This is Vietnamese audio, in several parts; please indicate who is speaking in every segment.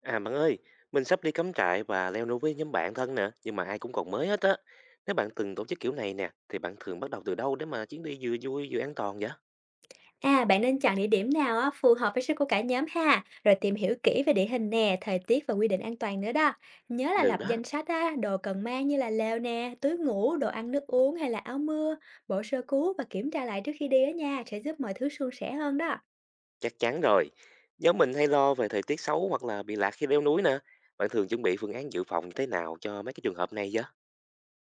Speaker 1: À bạn ơi, mình sắp đi cắm trại và leo núi với nhóm bạn thân nè, nhưng mà ai cũng còn mới hết á. Nếu bạn từng tổ chức kiểu này nè, thì bạn thường bắt đầu từ đâu để mà chuyến đi vừa vui vừa an toàn vậy?
Speaker 2: À, bạn nên chọn địa điểm nào á, phù hợp với sức của cả nhóm ha, rồi tìm hiểu kỹ về địa hình nè, thời tiết và quy định an toàn nữa đó. Nhớ là
Speaker 1: Được
Speaker 2: lập
Speaker 1: đó,
Speaker 2: danh sách á, đồ cần mang như là lều nè, túi ngủ, đồ ăn nước uống hay là áo mưa, bộ sơ cứu và kiểm tra lại trước khi đi á nha, sẽ giúp mọi thứ suôn sẻ hơn đó.
Speaker 1: chắc chắn rồi. Nhóm mình hay lo về thời tiết xấu hoặc là bị lạc khi leo núi nè. Bạn thường chuẩn bị phương án dự phòng như thế nào cho mấy cái trường hợp này vậy?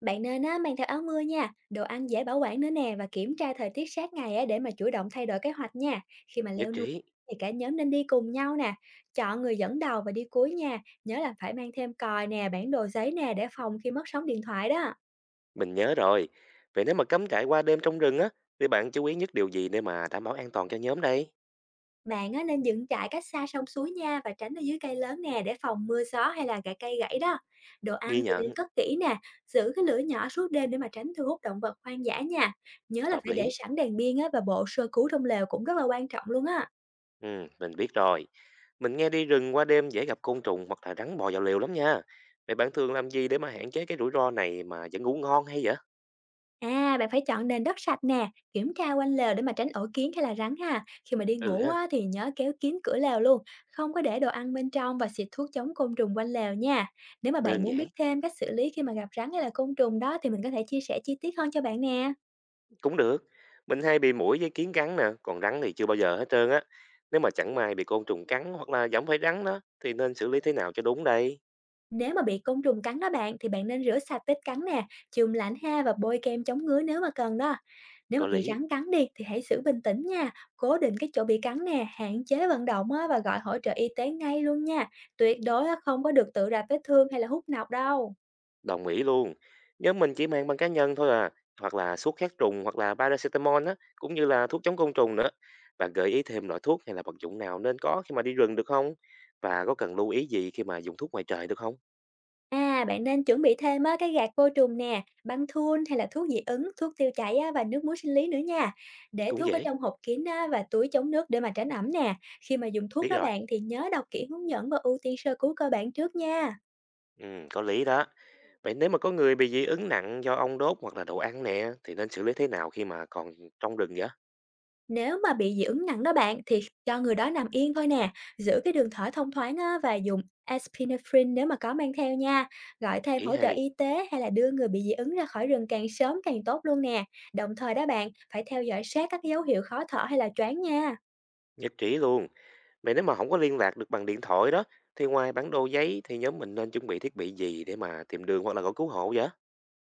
Speaker 2: Bạn nên á, mang theo áo mưa nha, đồ ăn dễ bảo quản nữa nè và kiểm tra thời tiết sát ngày á, để mà chủ động thay đổi kế hoạch nha. Khi mà
Speaker 1: Nhất
Speaker 2: leo núi
Speaker 1: trí,
Speaker 2: thì cả nhóm nên đi cùng nhau nè, chọn người dẫn đầu và đi cuối nha. Nhớ là phải mang thêm còi nè, bản đồ giấy nè để phòng khi mất sóng điện thoại đó.
Speaker 1: mình nhớ rồi. Vậy nếu mà cắm trại qua đêm trong rừng á, thì bạn chú ý nhất điều gì để mà đảm bảo an toàn cho nhóm đây?
Speaker 2: Bạn á, nên dựng trại cách xa sông suối nha và tránh ở dưới cây lớn nè để phòng mưa gió hay là gãy cây gãy đó. Đồ ăn
Speaker 1: Ghi
Speaker 2: thì nên
Speaker 1: nhận,
Speaker 2: cất kỹ nè, giữ cái lửa nhỏ suốt đêm để mà tránh thu hút động vật hoang dã nha. Nhớ là
Speaker 1: hợp
Speaker 2: phải để
Speaker 1: lý.
Speaker 2: sẵn đèn pin á, và bộ sơ cứu trong lều cũng rất là quan trọng luôn á.
Speaker 1: Ừ, mình biết rồi. Mình nghe đi rừng qua đêm dễ gặp côn trùng hoặc là rắn bò vào lều lắm nha. Vậy bạn thường làm gì để mà hạn chế cái rủi ro này mà vẫn ngủ ngon hay vậy?
Speaker 2: À, bạn phải chọn nền đất sạch nè, kiểm tra quanh lều để mà tránh ổ kiến hay là rắn ha. Khi mà đi
Speaker 1: Ừ
Speaker 2: ngủ
Speaker 1: ha,
Speaker 2: á, thì nhớ kéo kín cửa lều luôn, không có để đồ ăn bên trong và xịt thuốc chống côn trùng quanh lều nha. Nếu mà bạn
Speaker 1: đơn
Speaker 2: muốn biết
Speaker 1: giản,
Speaker 2: thêm cách xử lý khi mà gặp rắn hay là côn trùng đó thì mình có thể chia sẻ chi tiết hơn cho bạn nè.
Speaker 1: cũng được. Mình hay bị muỗi với kiến cắn nè, còn rắn thì chưa bao giờ hết trơn á. Nếu mà chẳng may bị côn trùng cắn hoặc là giẫm phải rắn đó, thì nên xử lý thế nào cho đúng đây?
Speaker 2: Nếu mà bị côn trùng cắn đó bạn thì bạn nên rửa sạch vết cắn nè, chườm lạnh ha và bôi kem chống ngứa nếu mà cần đó. Nếu mà
Speaker 1: Có
Speaker 2: bị
Speaker 1: lý.
Speaker 2: rắn cắn đi thì hãy giữ bình tĩnh nha, cố định cái chỗ bị cắn nè, hạn chế vận động á, và gọi hỗ trợ y tế ngay luôn nha. Tuyệt đối á, không có được tự rạch vết thương hay là hút nọc đâu.
Speaker 1: Đồng ý luôn. Nhóm mình chỉ mang băng cá nhân thôi à, hoặc là thuốc kháng trùng hoặc là paracetamol á, cũng như là thuốc chống côn trùng nữa. Bạn gợi ý thêm loại thuốc hay là vật dụng nào nên có khi mà đi rừng được không? Và có cần lưu ý gì khi mà dùng thuốc ngoài trời được không?
Speaker 2: À, bạn nên chuẩn bị thêm á, cái gạt vô trùng nè, băng thun hay là thuốc dị ứng, thuốc tiêu chảy á, và nước muối sinh lý nữa nha. Để
Speaker 1: Cũng
Speaker 2: thuốc ở
Speaker 1: dễ.
Speaker 2: trong hộp kín á, và túi chống nước để mà tránh ẩm nè. Khi mà dùng thuốc
Speaker 1: Biết
Speaker 2: đó
Speaker 1: rồi.
Speaker 2: bạn thì nhớ đọc kỹ hướng dẫn và ưu tiên sơ cứu cơ bản trước nha.
Speaker 1: Ừ, có lý đó. Vậy nếu mà có người bị dị ứng nặng do ong đốt hoặc là đồ ăn nè, thì nên xử lý thế nào khi mà còn trong rừng vậy?
Speaker 2: Nếu mà bị dị ứng nặng đó bạn thì cho người đó nằm yên thôi nè, giữ cái đường thở thông thoáng á, và dùng epinephrine nếu mà có mang theo nha, gọi thêm
Speaker 1: Ý
Speaker 2: hỗ trợ
Speaker 1: hay.
Speaker 2: y tế hay là đưa người bị dị ứng ra khỏi rừng càng sớm càng tốt luôn nè. Đồng thời đó bạn, phải theo dõi sát các dấu hiệu khó thở hay là choáng nha.
Speaker 1: Nhất trí luôn. Vậy nếu mà không có liên lạc được bằng điện thoại đó, thì ngoài bản đồ giấy thì nhóm mình nên chuẩn bị thiết bị gì để mà tìm đường hoặc là gọi cứu hộ vậy?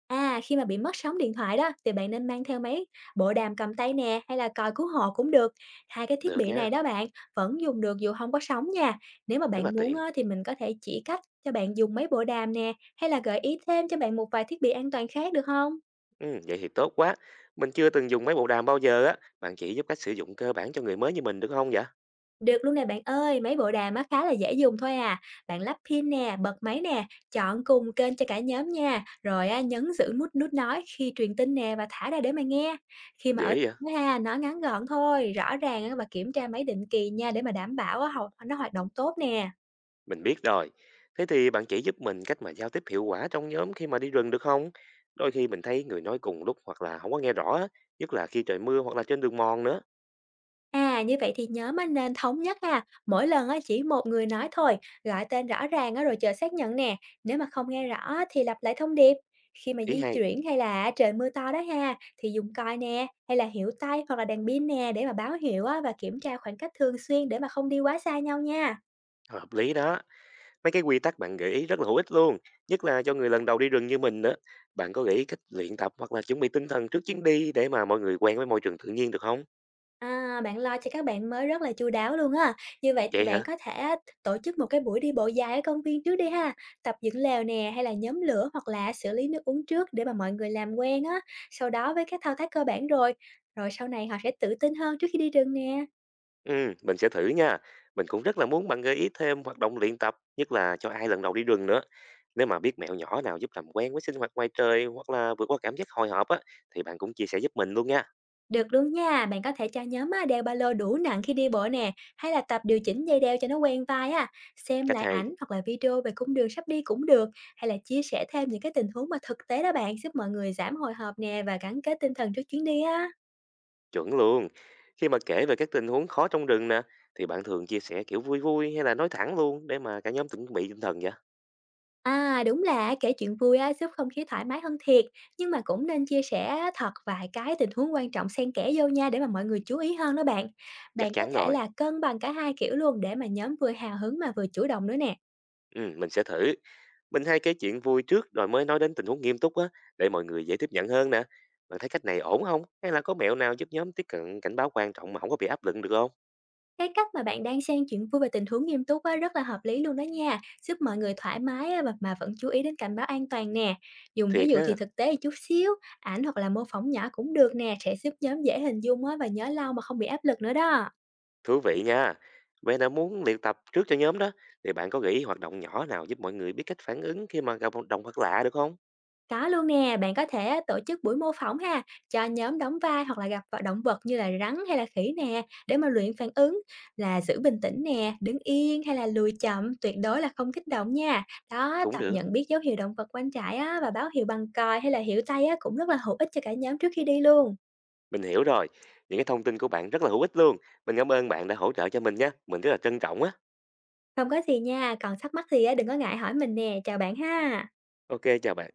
Speaker 2: À, khi mà bị mất sóng điện thoại đó thì bạn nên mang theo máy bộ đàm cầm tay nè hay là còi cứu hộ cũng được. Hai cái thiết
Speaker 1: Được
Speaker 2: bị
Speaker 1: nha,
Speaker 2: này đó bạn vẫn dùng được dù không có sóng nha. Nếu mà
Speaker 1: rất là
Speaker 2: bạn muốn
Speaker 1: tiện.
Speaker 2: á, thì mình có thể chỉ cách cho bạn dùng mấy bộ đàm nè hay là gợi ý thêm cho bạn một vài thiết bị an toàn khác được không?
Speaker 1: Ừ, vậy thì tốt quá. Mình chưa từng dùng máy bộ đàm bao giờ á. Bạn chỉ giúp cách sử dụng cơ bản cho người mới như mình được không vậy?
Speaker 2: Được luôn nè bạn ơi, máy bộ đàm á khá là dễ dùng thôi à. Bạn lắp pin nè, bật máy nè, chọn cùng kênh cho cả nhóm nha. Rồi á, nhấn giữ nút nút nói khi truyền tin nè và thả ra để mà nghe. Khi mà ở
Speaker 1: Dễ vậy?
Speaker 2: ha, nói ngắn gọn thôi, rõ ràng á, và kiểm tra máy định kỳ nha để mà đảm bảo á, nó hoạt động tốt nè.
Speaker 1: Mình biết rồi. Thế thì bạn chỉ giúp mình cách mà giao tiếp hiệu quả trong nhóm khi mà đi rừng được không? Đôi khi mình thấy người nói cùng lúc hoặc là không có nghe rõ á, nhất là khi trời mưa hoặc là trên đường mòn nữa.
Speaker 2: À, như vậy thì nhóm á nên thống nhất ha, mỗi lần á chỉ một người nói thôi, gọi tên rõ ràng á rồi chờ xác nhận nè, nếu mà không nghe rõ á thì lặp lại thông điệp. Khi mà
Speaker 1: Ý
Speaker 2: di
Speaker 1: hay,
Speaker 2: chuyển hay là trời mưa to đó ha, thì dùng còi nè, hay là hiệu tay hoặc là đèn pin nè để mà báo hiệu á và kiểm tra khoảng cách thường xuyên để mà không đi quá xa nhau nha.
Speaker 1: hợp lý đó. Mấy cái quy tắc bạn gợi ý rất là hữu ích luôn, nhất là cho người lần đầu đi rừng như mình nữa. Bạn có gợi ý cách luyện tập hoặc là chuẩn bị tinh thần trước chuyến đi để mà mọi người quen với môi trường tự nhiên được không?
Speaker 2: À, bạn lo cho các bạn mới rất là chu đáo luôn á. Như vậy thì
Speaker 1: Vậy
Speaker 2: bạn
Speaker 1: hả?
Speaker 2: có thể á, tổ chức một cái buổi đi bộ dài ở công viên trước đi ha. Tập dựng lều nè hay là nhóm lửa hoặc là xử lý nước uống trước để mà mọi người làm quen á. Sau đó với các thao tác cơ bản rồi. Rồi sau này họ sẽ tự tin hơn trước khi đi rừng nè.
Speaker 1: Mình sẽ thử nha. Mình cũng rất là muốn bạn gợi ý thêm hoạt động luyện tập, nhất là cho ai lần đầu đi rừng nữa. Nếu mà biết mẹo nhỏ nào giúp làm quen với sinh hoạt ngoài trời hoặc là vượt qua cảm giác hồi hộp á, thì bạn cũng chia sẻ giúp mình luôn nha.
Speaker 2: Được luôn nha, bạn có thể cho nhóm á, đeo ba lô đủ nặng khi đi bộ nè, hay là tập điều chỉnh dây đeo cho nó quen vai á, xem
Speaker 1: Cách
Speaker 2: lại
Speaker 1: hay,
Speaker 2: ảnh hoặc là video về cung đường sắp đi cũng được, hay là chia sẻ thêm những cái tình huống mà thực tế đó bạn, giúp mọi người giảm hồi hộp nè và gắn kết tinh thần trước chuyến đi á.
Speaker 1: chuẩn luôn. Khi mà kể về các tình huống khó trong rừng nè, thì bạn thường chia sẻ kiểu vui vui hay là nói thẳng luôn để mà cả nhóm chuẩn bị tinh thần vậy?
Speaker 2: À đúng là kể chuyện vui á, giúp không khí thoải mái hơn thiệt, nhưng mà cũng nên chia sẻ thật vài cái tình huống quan trọng xen kẽ vô nha để mà mọi người chú ý hơn đó bạn.
Speaker 1: Chắc
Speaker 2: Bạn có
Speaker 1: chắn
Speaker 2: thể
Speaker 1: rồi.
Speaker 2: là cân bằng cả hai kiểu luôn để mà nhóm vừa hào hứng mà vừa chủ động nữa nè.
Speaker 1: Ừ, mình sẽ thử. Mình hay kể chuyện vui trước rồi mới nói đến tình huống nghiêm túc á, để mọi người dễ tiếp nhận hơn nè. Bạn thấy cách này ổn không? Hay là có mẹo nào giúp nhóm tiếp cận cảnh báo quan trọng mà không có bị áp lực được không?
Speaker 2: Cái cách mà bạn đang xen chuyện vui và tình huống nghiêm túc á, rất là hợp lý luôn đó nha, giúp mọi người thoải mái á, và mà vẫn chú ý đến cảnh báo an toàn nè. Dùng ví
Speaker 1: Thiệt
Speaker 2: dụ thì
Speaker 1: ha,
Speaker 2: thực tế chút xíu, ảnh hoặc là mô phỏng nhỏ cũng được nè, sẽ giúp nhóm dễ hình dung á, và nhớ lâu mà không bị áp lực nữa đó.
Speaker 1: thú vị nha. Vậy là muốn luyện tập trước cho nhóm đó, thì bạn có nghĩ hoạt động nhỏ nào giúp mọi người biết cách phản ứng khi mà gặp một động vật lạ được không?
Speaker 2: Có luôn nè, bạn có thể tổ chức buổi mô phỏng ha, cho nhóm đóng vai hoặc là gặp động vật như là rắn hay là khỉ nè, để mà luyện phản ứng là giữ bình tĩnh nè, đứng yên hay là lùi chậm, tuyệt đối là không kích động nha. Đó,
Speaker 1: Cũng
Speaker 2: tập
Speaker 1: được,
Speaker 2: nhận biết dấu hiệu động vật quanh trại á, và báo hiệu bằng còi hay là hiệu tay á, cũng rất là hữu ích cho cả nhóm trước khi đi luôn.
Speaker 1: mình hiểu rồi. Những cái thông tin của bạn rất là hữu ích luôn. Mình cảm ơn bạn đã hỗ trợ cho mình nha. Mình rất là trân trọng á.
Speaker 2: Không có gì nha, còn thắc mắc gì á, đừng có ngại hỏi mình nè, chào bạn ha.
Speaker 1: Ok, chào bạn.